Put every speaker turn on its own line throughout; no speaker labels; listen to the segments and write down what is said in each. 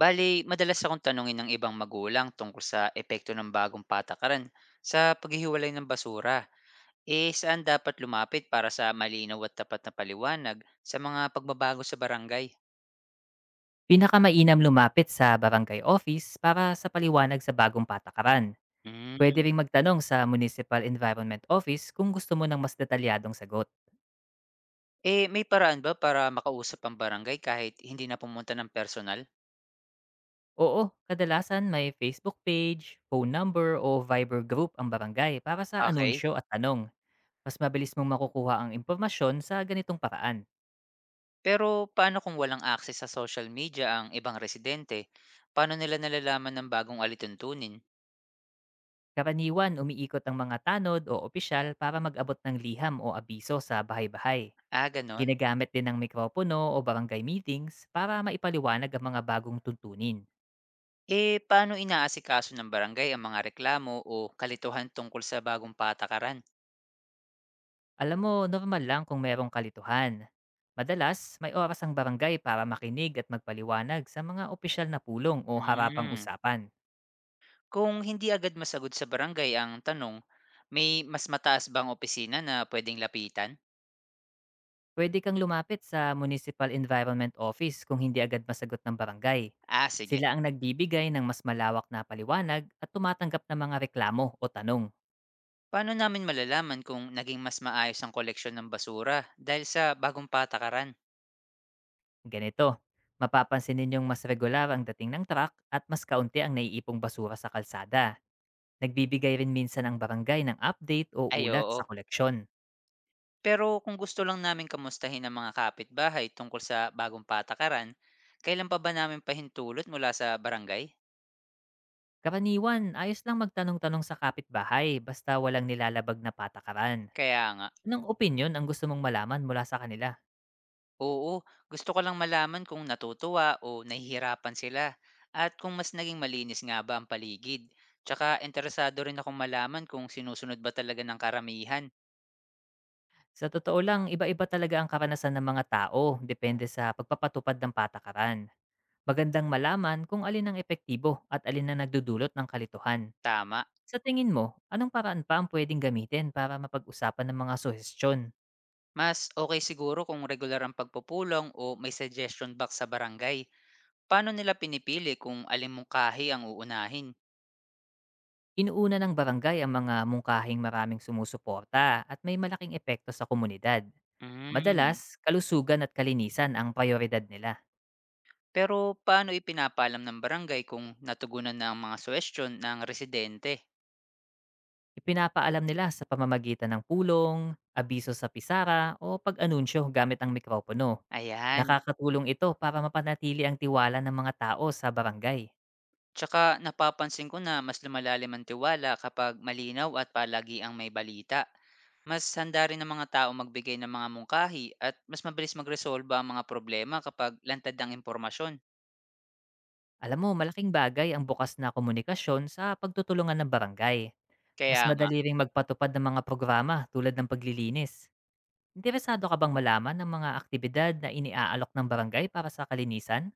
Bale, madalas akong tanungin ng ibang magulang tungkol sa epekto ng bagong patakaran sa paghihiwalay ng basura. Saan dapat lumapit para sa malinaw at tapat na paliwanag sa mga pagbabago sa barangay?
Pinakamainam lumapit sa barangay office para sa paliwanag sa bagong patakaran. Pwede
Hmm.
ring magtanong sa Municipal Environment Office kung gusto mo ng mas detalyadong sagot.
May paraan ba para makausap ang barangay kahit hindi na pumunta ng personal?
Oo, kadalasan may Facebook page, phone number o Viber group ang barangay para sa
Okay.
anunsyo at tanong. Mas mabilis mong makukuha ang impormasyon sa ganitong paraan.
Pero paano kung walang access sa social media ang ibang residente? Paano nila nalalaman ng bagong alituntunin?
Karaniwan umiikot ang mga tanod o opisyal para mag-abot ng liham o abiso sa bahay-bahay.
Ah, ganon.
Ginagamit din ng mikropono o barangay meetings para maipaliwanag ang mga bagong tuntunin.
Paano inaasikaso ng barangay ang mga reklamo o kalituhan tungkol sa bagong patakaran?
Alam mo, normal lang kung merong kalituhan. Madalas, may oras ang barangay para makinig at magpaliwanag sa mga opisyal na pulong o harapang
Hmm.
usapan.
Kung hindi agad masagot sa barangay ang tanong, may mas mataas bang opisina na pwedeng lapitan?
Pwede kang lumapit sa Municipal Environment Office kung hindi agad masagot ng barangay.
Ah, sige.
Sila ang nagbibigay ng mas malawak na paliwanag at tumatanggap ng mga reklamo o tanong.
Paano namin malalaman kung naging mas maayos ang koleksyon ng basura dahil sa bagong patakaran?
Ganito, mapapansin ninyong mas regular ang dating ng truck at mas kaunti ang naiipong basura sa kalsada. Nagbibigay rin minsan ang barangay ng update o
Ay,
ulat sa
oo.
koleksyon.
Pero kung gusto lang namin kamustahin ang mga kapitbahay tungkol sa bagong patakaran, kailan pa ba namin pahintulot mula sa barangay?
Karaniwan, ayos lang magtanong-tanong sa kapitbahay basta walang nilalabag na patakaran.
Kaya nga.
Anong opinion ang gusto mong malaman mula sa kanila?
Oo, gusto ko lang malaman kung natutuwa o nahihirapan sila at kung mas naging malinis nga ba ang paligid. Tsaka interesado rin akong malaman kung sinusunod ba talaga ng karamihan.
Sa totoo lang, iba-iba talaga ang karanasan ng mga tao depende sa pagpapatupad ng patakaran. Magandang malaman kung alin ang epektibo at alin ang nagdudulot ng kalituhan.
Tama.
Sa tingin mo, anong paraan pa ang pwedeng gamitin para mapag-usapan ng mga suhestiyon?
Mas okay siguro kung regular ang pagpupulong o may suggestion box sa barangay. Paano nila pinipili kung alin mong kahi ang uunahin?
Inuuna ng barangay ang mga mungkahing maraming sumusuporta at may malaking epekto sa komunidad. Madalas,
Hmm.
kalusugan at kalinisan ang prioridad nila.
Pero paano ipinapalam ng barangay kung natugunan na ang mga suwestyon ng residente?
Ipinapaalam nila sa pamamagitan ng pulong, abiso sa pisara o pag-anunsyo gamit ang mikropono.
Ayan.
Nakakatulong ito para mapanatili ang tiwala ng mga tao sa barangay.
Tsaka napapansin ko na mas lumalalim ang tiwala kapag malinaw at palagi ang may balita. Mas handa rin ang mga tao magbigay ng mga mungkahi at mas mabilis magresolba ang mga problema kapag lantad ang impormasyon.
Alam mo, malaking bagay ang bukas na komunikasyon sa pagtutulungan ng barangay. Mas
Kaya nga,
madali ring magpatupad ng mga programa tulad ng paglilinis. Interesado ka bang malaman ng mga aktibidad na iniaalok ng barangay para sa kalinisan?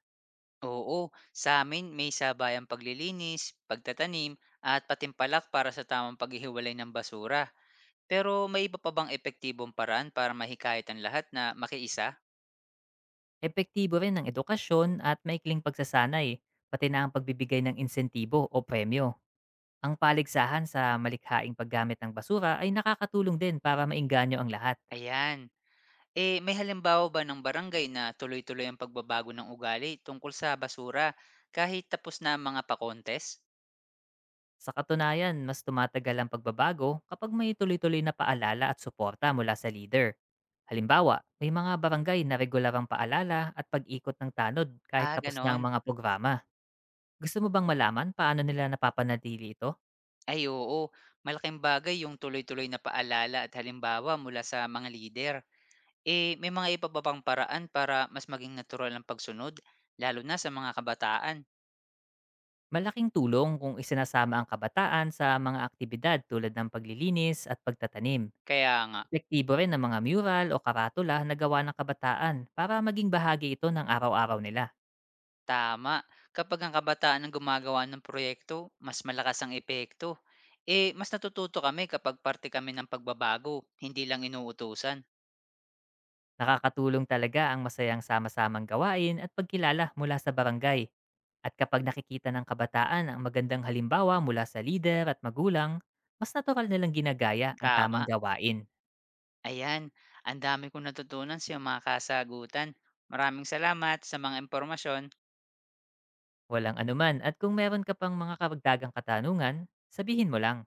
oo, sa amin may sabayang paglilinis, pagtatanim, at patimpalak para sa tamang paghihiwalay ng basura. Pero may iba pa bang epektibong paraan para mahikayat ang lahat na makiisa?
Epektibo rin ang edukasyon at maikling pagsasanay, pati na ang pagbibigay ng insentibo o premyo. Ang paligsahan sa malikhaing paggamit ng basura ay nakakatulong din para mainganyo ang lahat.
Ayan. May halimbawa ba ng barangay na tuloy-tuloy ang pagbabago ng ugali tungkol sa basura kahit tapos na ang mga pa
Sa katunayan, mas tumatagal ang pagbabago kapag may tuloy-tuloy na paalala at suporta mula sa leader. Halimbawa, may mga barangay na regular ang paalala at pag-ikot ng tanod kahit
Ah,
tapos na ang
ganon.
mga programa. Gusto mo bang malaman paano nila napapanatili ito?
Ay, oo. Malaking bagay yung tuloy-tuloy na paalala at halimbawa mula sa mga lider. May mga iba pa bang paraan para mas maging natural ang pagsunod, lalo na sa mga kabataan?
Malaking tulong kung isinasama ang kabataan sa mga aktibidad tulad ng paglilinis at pagtatanim.
Kaya nga,
Epektibo rin ang mga mural o karatula na gawa ng kabataan para maging bahagi ito ng araw-araw nila.
tama. Kapag ang kabataan ang gumagawa ng proyekto, mas malakas ang epekto. Mas natututo kami kapag parte kami ng pagbabago, hindi lang inuutusan.
Nakakatulong talaga ang masayang sama-samang gawain at pagkilala mula sa barangay. At kapag nakikita ng kabataan ang magandang halimbawa mula sa lider at magulang, mas natural nilang ginagaya ang tamang
Tama.
gawain.
Ayan. Ang dami kong natutunan sa iyong mga kasagutan. Maraming salamat sa mga impormasyon.
Walang anuman, at kung meron ka pang mga kabagdagang katanungan, sabihin mo lang.